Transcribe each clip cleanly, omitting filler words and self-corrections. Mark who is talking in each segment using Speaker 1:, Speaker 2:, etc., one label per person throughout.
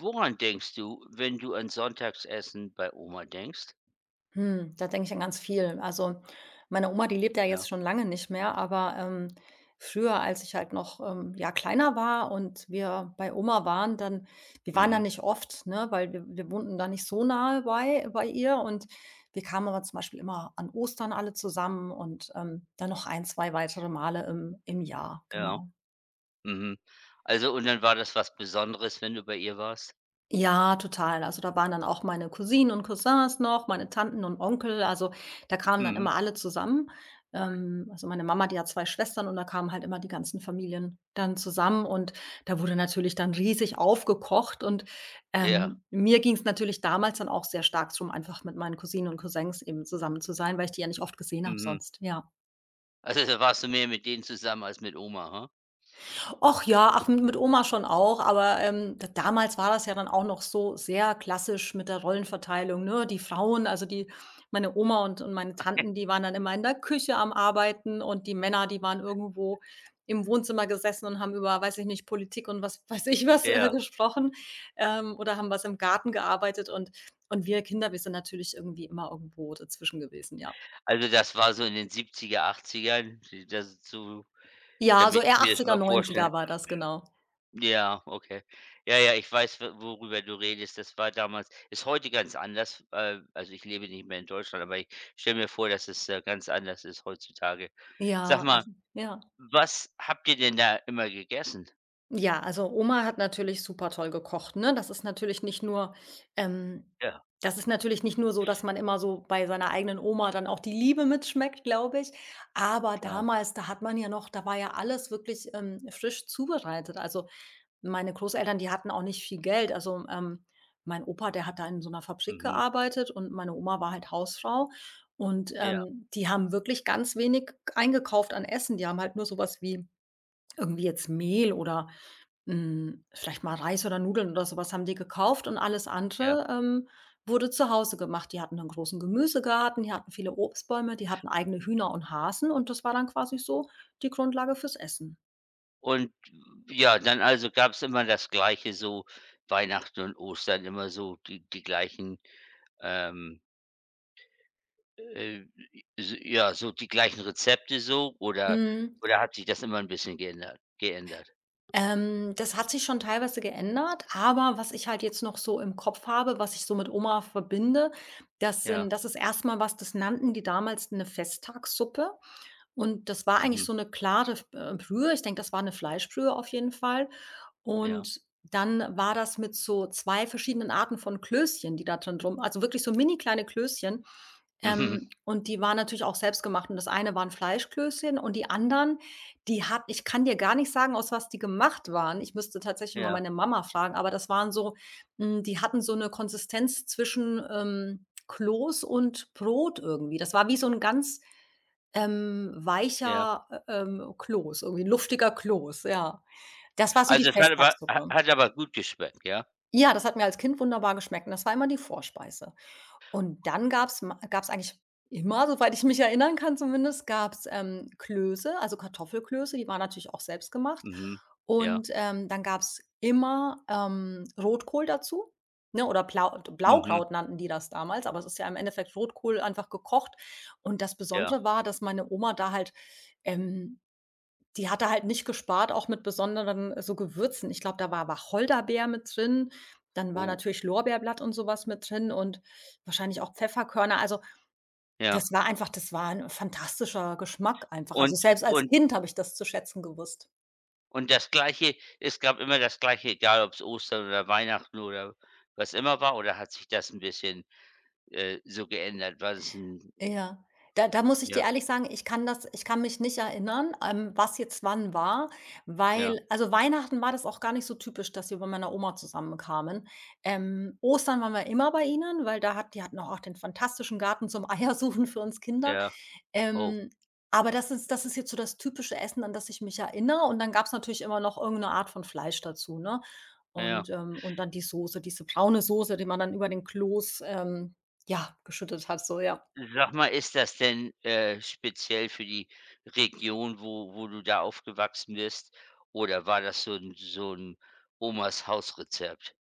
Speaker 1: Woran denkst du, wenn du an Sonntagsessen bei Oma denkst?
Speaker 2: Da denke ich an ganz viel. Also, meine Oma, die lebt ja
Speaker 1: Ja.
Speaker 2: jetzt schon lange nicht mehr, aber, früher, als ich halt noch, ja, kleiner war und wir bei Oma waren, dann wir waren da
Speaker 1: Mhm.
Speaker 2: nicht oft, ne, weil wir wohnten da nicht so nahe bei ihr, und wir kamen aber zum Beispiel immer an Ostern alle zusammen und, dann noch ein, 2 weitere Male im Jahr,
Speaker 1: Ja.
Speaker 2: genau.
Speaker 1: Mhm. Also, und dann war das was Besonderes, wenn du bei ihr warst?
Speaker 2: Ja, total. Also, da waren dann auch meine Cousinen und Cousins noch, meine Tanten und Onkel. Also, da kamen dann
Speaker 1: Mhm.
Speaker 2: immer alle zusammen. Also, meine Mama, die hat 2 Schwestern und da kamen halt immer die ganzen Familien dann zusammen, und da wurde natürlich dann riesig aufgekocht, und,
Speaker 1: Ja.
Speaker 2: mir ging es natürlich damals dann auch sehr stark drum, einfach mit meinen Cousinen und Cousins eben zusammen zu sein, weil ich die ja nicht oft gesehen habe
Speaker 1: Mhm.
Speaker 2: sonst, ja.
Speaker 1: Also, da warst du mehr mit denen zusammen als mit Oma, ha?
Speaker 2: Och ja, ach, m mit Oma schon auch, aber, d damals war das ja dann auch noch so sehr klassisch mit der Rollenverteilung, ne? Die Frauen, also die meine Oma und meine Tanten, die waren dann immer in der Küche am Arbeiten, und die Männer, die waren irgendwo im Wohnzimmer gesessen und haben über, weiß ich nicht, Politik und was weiß ich was,
Speaker 1: Ja.
Speaker 2: gesprochen, oder haben was im Garten gearbeitet, und wir Kinder, wir sind natürlich irgendwie immer irgendwo dazwischen gewesen, ja.
Speaker 1: Also, das war so in den 70er, 80ern, das so
Speaker 2: Ja, so
Speaker 1: damit ich
Speaker 2: eher
Speaker 1: mir das
Speaker 2: 80er,
Speaker 1: mal vorstellen.
Speaker 2: 90er war das, genau.
Speaker 1: Ja, okay. Ja, ja, ich weiß, w worüber du redest. Das war damals, ist heute ganz anders. Also, ich lebe nicht mehr in Deutschland, aber ich stelle mir vor, dass es, ganz anders ist heutzutage. Sag
Speaker 2: Ja,
Speaker 1: mal,
Speaker 2: also ja.
Speaker 1: was habt ihr denn da immer gegessen?
Speaker 2: Ja, also Oma hat natürlich super toll gekocht, ne? Das ist natürlich nicht nur ähm,
Speaker 1: Ja,
Speaker 2: das ist natürlich nicht nur so, dass man immer so bei seiner eigenen Oma dann auch die Liebe mitschmeckt, glaube ich. Aber
Speaker 1: klar.
Speaker 2: damals, da hat man ja noch da war ja alles wirklich, frisch zubereitet. Also, meine Großeltern, die hatten auch nicht viel Geld. Also, mein Opa, der hat da in so einer Fabrik
Speaker 1: Mhm.
Speaker 2: gearbeitet, und meine Oma war halt Hausfrau. Und,
Speaker 1: Ja,
Speaker 2: die haben wirklich ganz wenig eingekauft an Essen. Die haben halt nur sowas wie irgendwie jetzt Mehl oder vielleicht mal Reis oder Nudeln oder so was haben die gekauft, und alles
Speaker 1: ja.
Speaker 2: andere, wurde zu Hause gemacht. Die hatten einen großen Gemüsegarten, die hatten viele Obstbäume, die hatten eigene Hühner und Hasen, und das war dann quasi so die Grundlage fürs Essen.
Speaker 1: Und ja, dann also gab es immer das Gleiche, so Weihnachten und Ostern immer so die gleichen, ähm äh, s ja, so die gleichen Rezepte so,
Speaker 2: Mhm.
Speaker 1: oder hat sich das immer ein bisschen geändert?
Speaker 2: Das hat sich schon teilweise geändert, aber was ich halt jetzt noch so im Kopf habe, was ich so mit Oma verbinde, das sind
Speaker 1: Ja,
Speaker 2: das ist erstmal was, das nannten die damals eine Festtagssuppe, und das war eigentlich
Speaker 1: mhm,
Speaker 2: so eine klare Brühe. Ich denke, das war eine Fleischbrühe auf jeden Fall.
Speaker 1: ja,
Speaker 2: Und dann war das mit so 2 verschiedenen Arten von Klößchen, die da drin rum, also wirklich so mini kleine Klößchen.
Speaker 1: mhm,
Speaker 2: Und die waren natürlich auch selbstgemacht, und das eine waren Fleischklößchen und die anderen, die hat ich kann dir gar nicht sagen, aus was die gemacht waren. Ich müsste tatsächlich mal
Speaker 1: ja,
Speaker 2: meine Mama fragen, aber das waren so die hatten so eine Konsistenz zwischen, Kloß und Brot irgendwie. Das war wie so ein ganz
Speaker 1: ja.
Speaker 2: weicher, Kloß, irgendwie luftiger Kloß, ja. Das war so die
Speaker 1: Also, es hat aber ha
Speaker 2: Festtagssuppe.
Speaker 1: hat aber gut geschmeckt, ja?
Speaker 2: Ja, das hat mir als Kind wunderbar geschmeckt, und das war immer die Vorspeise. Und dann gab's eigentlich immer, soweit ich mich erinnern kann zumindest, gab's, Klöße, also Kartoffelklöße, die waren natürlich auch selbst gemacht.
Speaker 1: Mhm, ja,
Speaker 2: Und, dann gab's immer, Rotkohl dazu, ne, oder
Speaker 1: mhm,
Speaker 2: Blaukraut nannten die das damals, aber es ist ja im Endeffekt Rotkohl einfach gekocht. Und das
Speaker 1: ja,
Speaker 2: Besondere war, dass meine Oma da halt, ähm die hat er halt nicht gespart, auch mit besonderen so Gewürzen. Ich glaube, da war Wacholderbeer mit drin, dann war
Speaker 1: oh,
Speaker 2: natürlich Lorbeerblatt und so was mit drin, und wahrscheinlich auch Pfefferkörner. Also,
Speaker 1: ja.
Speaker 2: das war einfach das war 'n fantastischer Geschmack einfach. Also,
Speaker 1: Und
Speaker 2: selbst als
Speaker 1: und
Speaker 2: Kind habe ich das zu schätzen gewusst.
Speaker 1: und das Gleiche, es gab immer das Gleiche, egal ob es Ostern oder Weihnachten oder was immer war, oder hat sich das ein bisschen, so geändert? War das 'n
Speaker 2: Ja. Da muss ich dir
Speaker 1: ja,
Speaker 2: ehrlich sagen, ich kann mich nicht erinnern, was jetzt wann war,
Speaker 1: ja,
Speaker 2: weil also, Weihnachten war das auch gar nicht so typisch, dass wir bei meiner Oma zusammenkamen. Ostern waren wir immer bei ihnen, weil da hat die hatten auch den fantastischen Garten zum Eiersuchen für uns Kinder.
Speaker 1: ja, oh,
Speaker 2: Ähm, aber das ist jetzt so das typische Essen, an das ich mich erinnere, und dann gab es natürlich immer noch irgendeine Art von Fleisch dazu, ne?
Speaker 1: ja.
Speaker 2: Und dann die Soße, diese braune Soße, die man dann über den Kloß, ja, geschüttet hat, so, ja.
Speaker 1: Sag mal, ist das denn, speziell für die Region, wo du da aufgewachsen bist, oder war das so ein Omas Hausrezept?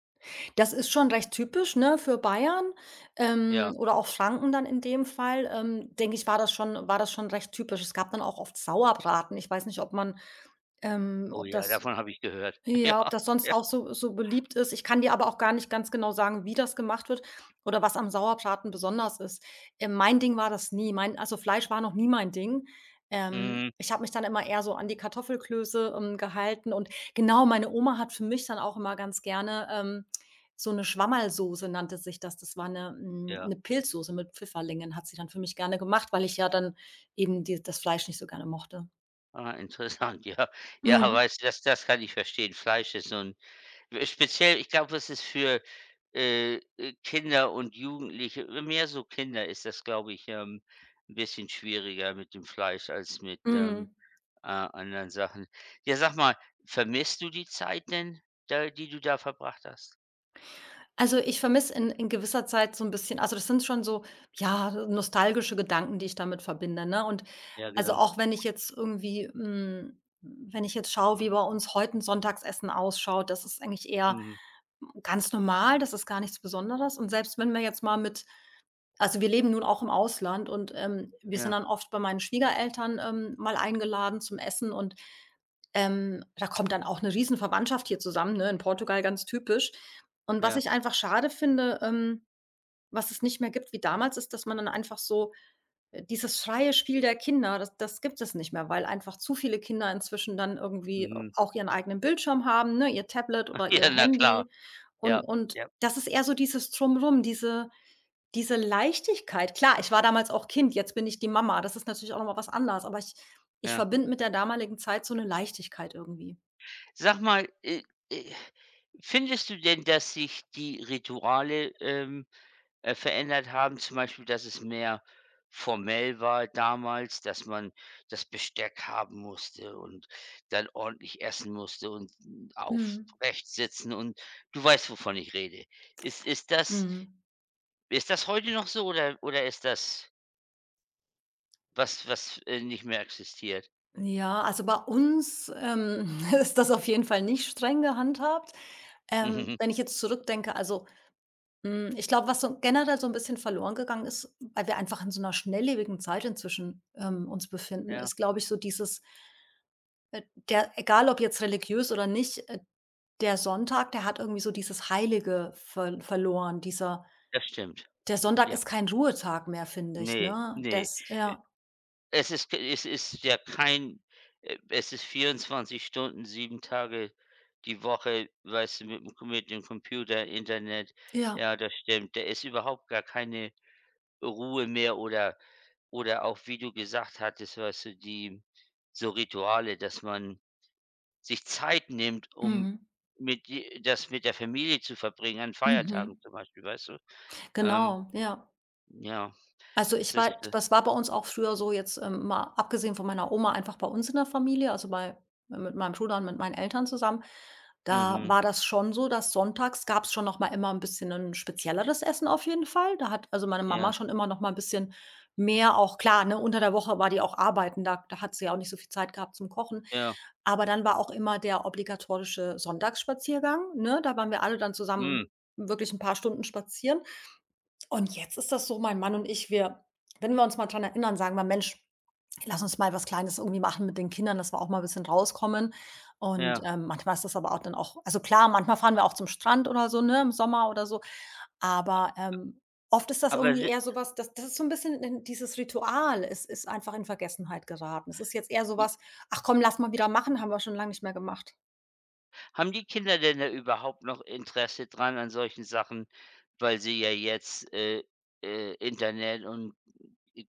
Speaker 2: Das ist schon recht typisch, ne, für Bayern,
Speaker 1: Ja.
Speaker 2: oder auch Franken dann in dem Fall, denke ich, war das schon recht typisch. Es gab dann auch oft Sauerbraten. Ich weiß nicht, ob man
Speaker 1: Oh
Speaker 2: ob
Speaker 1: ja,
Speaker 2: das
Speaker 1: davon habe ich gehört.
Speaker 2: ja, ob
Speaker 1: Ja,
Speaker 2: das sonst
Speaker 1: ja.
Speaker 2: auch so beliebt ist. Ich kann dir aber auch gar nicht ganz genau sagen, wie das gemacht wird oder was am Sauerbraten besonders ist. Mein Ding war das nie. Mein Also, Fleisch war noch nie mein Ding.
Speaker 1: Mhm,
Speaker 2: Ich habe mich dann immer eher so an die Kartoffelklöße, gehalten, und genau, meine Oma hat für mich dann auch immer ganz gerne, so eine Schwammerlsoße nannte sich das. Das war eine
Speaker 1: ja.
Speaker 2: 'ne Pilzsoße mit Pfifferlingen, hat sie dann für mich gerne gemacht, weil ich ja dann eben die das Fleisch nicht so gerne mochte.
Speaker 1: Ah, interessant, ja. Ja,
Speaker 2: Mhm,
Speaker 1: weißt du, das kann ich verstehen. Fleisch ist so ein speziell, ich glaube, es ist für, Kinder und Jugendliche, mehr so Kinder ist das, glaube ich, 'n bisschen schwieriger mit dem Fleisch als mit,
Speaker 2: mhm.
Speaker 1: anderen Sachen. Ja, sag mal, vermisst du die Zeit denn, da die du da verbracht hast?
Speaker 2: Also, ich vermisse in gewisser Zeit so ein bisschen, also, das sind schon so, ja, nostalgische Gedanken, die ich damit verbinde, ne? Und
Speaker 1: Ja,
Speaker 2: also,
Speaker 1: genau.
Speaker 2: auch wenn ich jetzt irgendwie wenn ich jetzt schaue, wie bei uns heute ein Sonntagsessen ausschaut, das ist eigentlich eher
Speaker 1: Mhm.
Speaker 2: ganz normal, das ist gar nichts Besonderes. Und selbst wenn wir jetzt mal mit also, wir leben nun auch im Ausland, und, wir sind
Speaker 1: Ja,
Speaker 2: dann oft bei meinen Schwiegereltern, mal eingeladen zum Essen, und, da kommt dann auch 'ne Riesenverwandtschaft hier zusammen, ne, in Portugal ganz typisch. Und was
Speaker 1: ja.
Speaker 2: ich einfach schade finde, was es nicht mehr gibt wie damals, ist, dass man dann einfach so dieses freie Spiel der Kinder, das gibt es nicht mehr, weil einfach zu viele Kinder inzwischen dann irgendwie
Speaker 1: Mhm.
Speaker 2: auch ihren eigenen Bildschirm haben, ne, ihr Tablet oder ihr
Speaker 1: Ja, na klar.
Speaker 2: Handy, und
Speaker 1: Ja, ja,
Speaker 2: das ist eher so dieses Drumrum, diese Leichtigkeit, klar, ich war damals auch Kind, jetzt bin ich die Mama. Das ist natürlich auch noch mal was anderes, aber ich
Speaker 1: ja.
Speaker 2: verbinde mit der damaligen Zeit so 'ne Leichtigkeit irgendwie.
Speaker 1: Sag mal, äh, findest du denn, dass sich die Rituale, verändert haben. Zum Beispiel, dass es mehr formell war damals, dass man das Besteck haben musste und dann ordentlich essen musste und
Speaker 2: Mhm.
Speaker 1: aufrecht sitzen und du weißt, wovon ich rede. Ist, ist, das,
Speaker 2: Mhm.
Speaker 1: ist das heute noch so, oder ist das was, was nicht mehr existiert?
Speaker 2: Ja, also bei uns, ist das auf jeden Fall nicht streng gehandhabt. Wenn ich jetzt zurückdenke, also, ich glaube, was so generell so 'n bisschen verloren gegangen ist, weil wir einfach in so 'ner schnelllebigen Zeit inzwischen, uns befinden,
Speaker 1: Ja,
Speaker 2: ist, glaube ich, so dieses, äh, der egal ob jetzt religiös oder nicht, der Sonntag, der hat irgendwie so dieses Heilige verloren. Dieser
Speaker 1: das stimmt.
Speaker 2: Der Sonntag
Speaker 1: Ja.
Speaker 2: ist kein Ruhetag mehr, finde ich,
Speaker 1: Nee,
Speaker 2: ne?
Speaker 1: nee.
Speaker 2: Das ja,
Speaker 1: Es ist ja kein es ist 24 Stunden, 7 Tage die Woche, weißt du, mit dem Computer, Internet.
Speaker 2: ja.
Speaker 1: Ja, das stimmt. Da ist überhaupt gar keine Ruhe mehr, oder auch, wie du gesagt hattest, weißt du, die so Rituale, dass man sich Zeit nimmt, um
Speaker 2: Mhm.
Speaker 1: mit die das mit der Familie zu verbringen, an Feiertagen
Speaker 2: Mhm.
Speaker 1: zum Beispiel, weißt du? Ähm,
Speaker 2: Genau, ja.
Speaker 1: ja,
Speaker 2: Also, ich
Speaker 1: es ist,
Speaker 2: war
Speaker 1: äh
Speaker 2: das war bei uns auch früher so, jetzt, mal abgesehen von meiner Oma, einfach bei uns in der Familie, also bei mit meinem Bruder und mit meinen Eltern zusammen. Da
Speaker 1: mhm,
Speaker 2: war das schon so, dass sonntags gab es schon noch mal immer ein bisschen ein spezielleres Essen auf jeden Fall. Da hat also meine Mama
Speaker 1: ja,
Speaker 2: schon immer noch mal ein bisschen mehr auch klar, ne, unter der Woche war die auch arbeiten, da hat sie ja auch nicht so viel Zeit gehabt zum Kochen.
Speaker 1: ja,
Speaker 2: Aber dann war auch immer der obligatorische Sonntagsspaziergang, ne? Da waren wir alle dann
Speaker 1: hm,
Speaker 2: zusammen wirklich ein paar Stunden spazieren. Und jetzt ist das so, mein Mann und ich, wir wenn wir uns mal dran erinnern, sagen wir: „Mensch, lass uns mal was Kleines irgendwie machen mit den Kindern, dass wir auch mal ein bisschen rauskommen.“ Und,
Speaker 1: ja.
Speaker 2: manchmal ist das aber auch dann auch, also klar, manchmal fahren wir auch zum Strand oder so, ne, im Sommer oder so, aber, oft ist das
Speaker 1: Aber
Speaker 2: irgendwie
Speaker 1: si
Speaker 2: eher so was, das ist so ein bisschen, in dieses Ritual ist einfach in Vergessenheit geraten. Es ist jetzt eher so was: „Ach komm, lass mal wieder machen, haben wir schon lange nicht mehr gemacht.“
Speaker 1: Haben die Kinder denn da überhaupt noch Interesse dran an solchen Sachen, weil sie ja jetzt, Internet und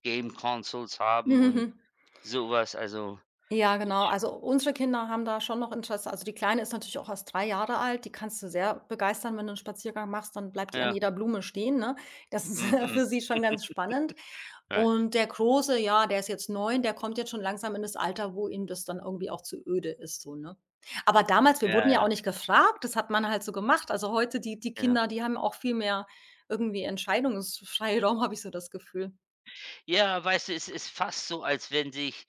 Speaker 1: Game Consoles haben und sowas? Also,
Speaker 2: Ja, genau. Also, unsere Kinder haben da schon noch Interesse. Also, die Kleine ist natürlich auch erst 3 Jahre alt. Die kannst du sehr begeistern, wenn du einen Spaziergang machst, dann bleibt die an
Speaker 1: ja,
Speaker 2: jeder Blume stehen, ne? Das ist
Speaker 1: mhm,
Speaker 2: für sie schon ganz spannend.
Speaker 1: ja,
Speaker 2: Und der Große, ja, der ist jetzt 9. Der kommt jetzt schon langsam in das Alter, wo ihm das dann irgendwie auch zu öde ist so, ne? Aber damals wir
Speaker 1: ja,
Speaker 2: wurden ja auch
Speaker 1: ja,
Speaker 2: nicht gefragt, das hat man halt so gemacht. Also, heute die
Speaker 1: genau.
Speaker 2: Kinder, die haben auch viel mehr irgendwie Entscheidungsfreiraum, habe ich so das Gefühl.
Speaker 1: Ja, weißt du, es ist fast so, als wenn sich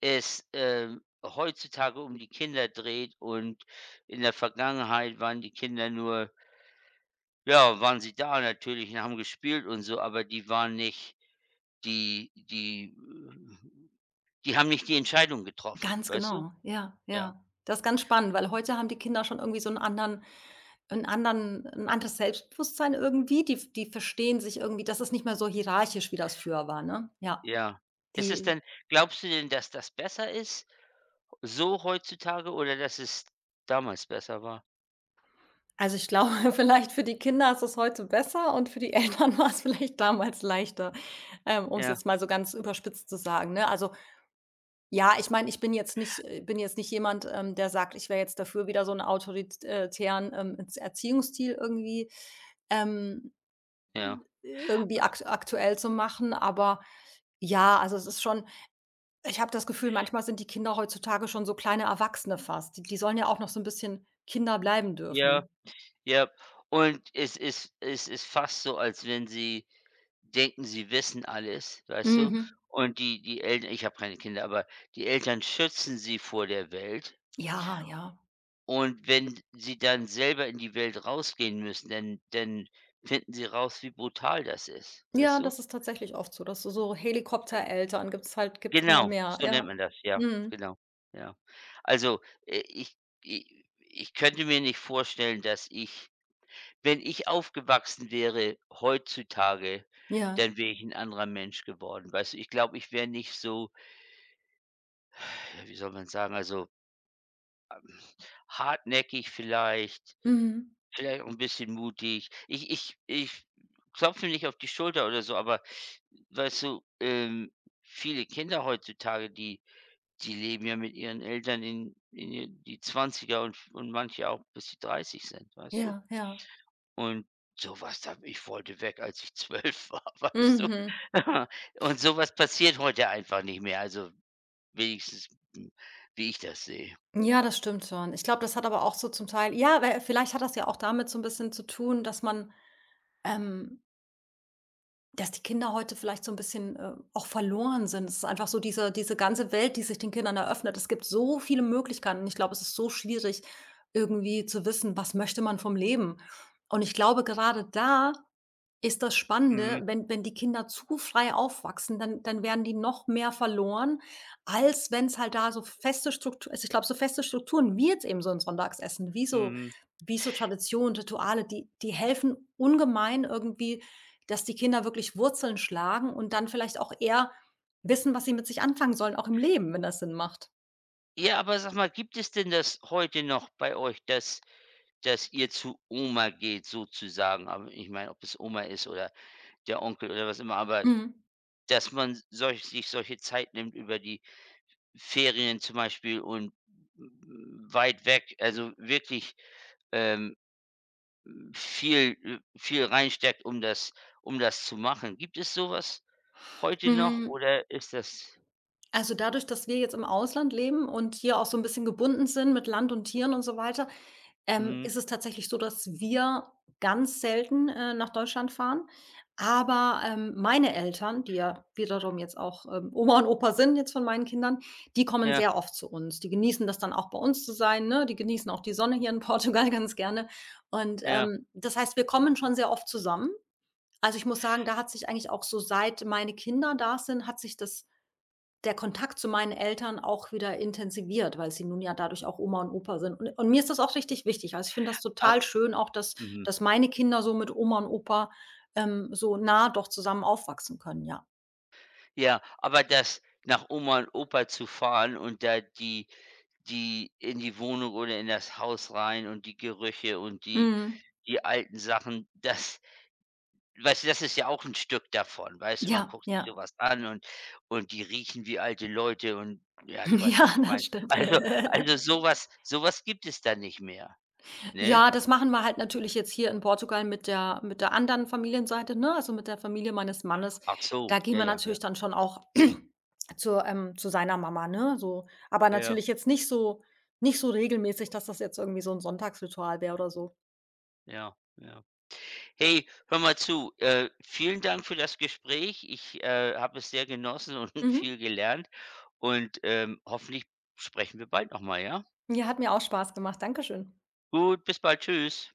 Speaker 1: es, heutzutage um die Kinder dreht, und in der Vergangenheit waren die Kinder nur ja, waren sie da natürlich und haben gespielt und so, aber die waren nicht die die äh, die haben nicht die Entscheidung getroffen,
Speaker 2: Ganz
Speaker 1: weißt du?
Speaker 2: genau, ja,
Speaker 1: Ja,
Speaker 2: ja. Das ist ganz spannend, weil heute haben die Kinder schon irgendwie so 'n anderen 'n anderen 'n anderes Selbstbewusstsein irgendwie. Die verstehen sich irgendwie, das ist nicht mehr so hierarchisch, wie das früher war, ne? Ja,
Speaker 1: ja. Ist es
Speaker 2: die
Speaker 1: denn, glaubst du denn, dass das besser ist, so heutzutage, oder dass es damals besser war?
Speaker 2: also, ich glaube, vielleicht für die Kinder ist es heute besser und für die Eltern war's vielleicht damals leichter, um's
Speaker 1: Ja,
Speaker 2: jetzt mal so ganz überspitzt zu sagen, ne? Also, ja, ich meine, ich bin jetzt nicht jemand, der sagt, ich wäre jetzt dafür, wieder so 'n autorität tären, Erziehungsstil irgendwie, ähm
Speaker 1: ja,
Speaker 2: irgendwie aktuell zu machen, aber ja, also es ist schon, ich habe das Gefühl, manchmal sind die Kinder heutzutage schon so kleine Erwachsene fast. Die die sollen ja auch noch so ein bisschen Kinder bleiben
Speaker 1: ja,
Speaker 2: dürfen.
Speaker 1: ja. Und es ist fast so, als wenn sie denken, sie wissen alles, weißt du?
Speaker 2: Mhm.
Speaker 1: Und die Eltern, ich habe keine Kinder, aber die Eltern schützen sie vor der Welt,
Speaker 2: Ja, ja.
Speaker 1: und wenn sie dann selber in die Welt rausgehen müssen, dann dann finden sie raus, wie brutal das ist,
Speaker 2: Ja,
Speaker 1: weißt du?
Speaker 2: das ist tatsächlich oft so, dass so so Helikoptereltern gibt's immer
Speaker 1: Genau,
Speaker 2: mehr,
Speaker 1: so nennt
Speaker 2: ja.
Speaker 1: man das, ja,
Speaker 2: Mhm.
Speaker 1: genau, ja. Also, äh, ich i ich könnte mir nicht vorstellen, dass ich, wenn ich aufgewachsen wäre heutzutage,
Speaker 2: Ja.
Speaker 1: dann wäre ich ein anderer Mensch geworden. Weißt du, ich glaube, ich wäre nicht so, ja, wie soll man sagen, also, ähm, hartnäckig vielleicht,
Speaker 2: Mhm.
Speaker 1: vielleicht auch 'n bisschen mutig. Ich klopfe mir nicht auf die Schulter oder so, aber weißt du, viele Kinder heutzutage, die die leben ja mit ihren Eltern in ihr die Zwanziger, und manche auch, bis die 30 sind, weißt du?
Speaker 2: Ja, ja.
Speaker 1: Und sowas da, ich wollte weg, als ich 12 war, weißt du?
Speaker 2: Mhm.
Speaker 1: Und sowas passiert heute einfach nicht mehr, also wenigstens, hm, wie ich das sehe.
Speaker 2: Ja, das stimmt schon. Ich glaube, das hat aber auch so zum Teil, ja, weil vielleicht hat das ja auch damit so ein bisschen zu tun, dass man, ähm dass die Kinder heute vielleicht so ein bisschen, auch verloren sind. Es ist einfach so, diese ganze Welt, die sich den Kindern eröffnet. Es gibt so viele Möglichkeiten. Und ich glaube, es ist so schwierig, irgendwie zu wissen, was möchte man vom Leben? Und ich glaube, gerade da ist das Spannende,
Speaker 1: Mhm,
Speaker 2: wenn die Kinder zu frei aufwachsen, dann werden die noch mehr verloren, als wenn es halt da so feste Strukturen. Also, ich glaube, so feste Strukturen wie jetzt eben so ein Sonntagsessen, wie so
Speaker 1: mhm.
Speaker 2: wie so Traditionen, Rituale, die helfen ungemein irgendwie, dass die Kinder wirklich Wurzeln schlagen und dann vielleicht auch eher wissen, was sie mit sich anfangen sollen, auch im Leben, wenn das Sinn macht.
Speaker 1: Ja, aber sag mal, gibt es denn das heute noch bei euch, dass ihr zu Oma geht sozusagen? Aber ich meine, ob es Oma ist oder der Onkel oder was immer, aber
Speaker 2: Mhm,
Speaker 1: dass man solche Zeit nimmt über die Ferien zum Beispiel und weit weg, also wirklich, ähm, viel viel reinsteckt, um das zu machen. Gibt es sowas heute noch,
Speaker 2: mhm.
Speaker 1: oder ist das
Speaker 2: Also, dadurch, dass wir jetzt im Ausland leben und hier auch so 'n bisschen gebunden sind mit Land und Tieren und so weiter,
Speaker 1: mhm,
Speaker 2: ist es tatsächlich so, dass wir ganz selten, nach Deutschland fahren. Aber, meine Eltern, die ja wiederum jetzt auch, Oma und Opa sind jetzt von meinen Kindern, die kommen
Speaker 1: ja,
Speaker 2: sehr oft zu uns. Die genießen das dann auch, bei uns zu sein, ne? Die genießen auch die Sonne hier in Portugal ganz gerne. Und,
Speaker 1: ja,
Speaker 2: das heißt, wir kommen schon sehr oft zusammen. Also, ich muss sagen, da hat sich eigentlich auch so, seit meine Kinder da sind, hat sich das, der Kontakt zu meinen Eltern, auch wieder intensiviert, weil sie nun ja dadurch auch Oma und Opa sind. Und mir ist das auch richtig wichtig. Also, ich finde das
Speaker 1: ab
Speaker 2: total schön auch, dass
Speaker 1: mhm.
Speaker 2: meine Kinder so mit Oma und Opa, so nah doch zusammen aufwachsen können, ja.
Speaker 1: Ja, aber das nach Oma und Opa zu fahren und da die die in die Wohnung oder in das Haus rein und die Gerüche und die
Speaker 2: Mhm.
Speaker 1: die alten Sachen, das, weißt du, das ist ja auch ein Stück davon, weißt du? Man
Speaker 2: Ja,
Speaker 1: guckt sich
Speaker 2: ja.
Speaker 1: sowas an und die riechen wie alte Leute, und ja, du weißt,
Speaker 2: Ja,
Speaker 1: was ich
Speaker 2: das
Speaker 1: meine.
Speaker 2: stimmt.
Speaker 1: Also sowas sowas gibt es da nicht mehr, ne?
Speaker 2: Ja, das machen wir halt natürlich jetzt hier in Portugal mit der anderen Familienseite, ne, also mit der Familie meines Mannes.
Speaker 1: Ach
Speaker 2: Da
Speaker 1: so,
Speaker 2: gehen
Speaker 1: ja,
Speaker 2: wir
Speaker 1: ja, ja.
Speaker 2: natürlich dann schon auch zu seiner Mama, ne, so. Aber
Speaker 1: Ja,
Speaker 2: natürlich jetzt nicht so regelmäßig, dass das jetzt irgendwie so ein Sonntagsritual wäre oder so.
Speaker 1: ja, ja. Hey, hör mal zu, vielen Dank für das Gespräch. Ich, habe es sehr genossen und
Speaker 2: Mhm.
Speaker 1: viel gelernt und, hoffentlich sprechen wir bald noch mal, ja?
Speaker 2: Ja, hat mir auch Spaß gemacht. Dankeschön.
Speaker 1: Gut, bis bald. Tschüss.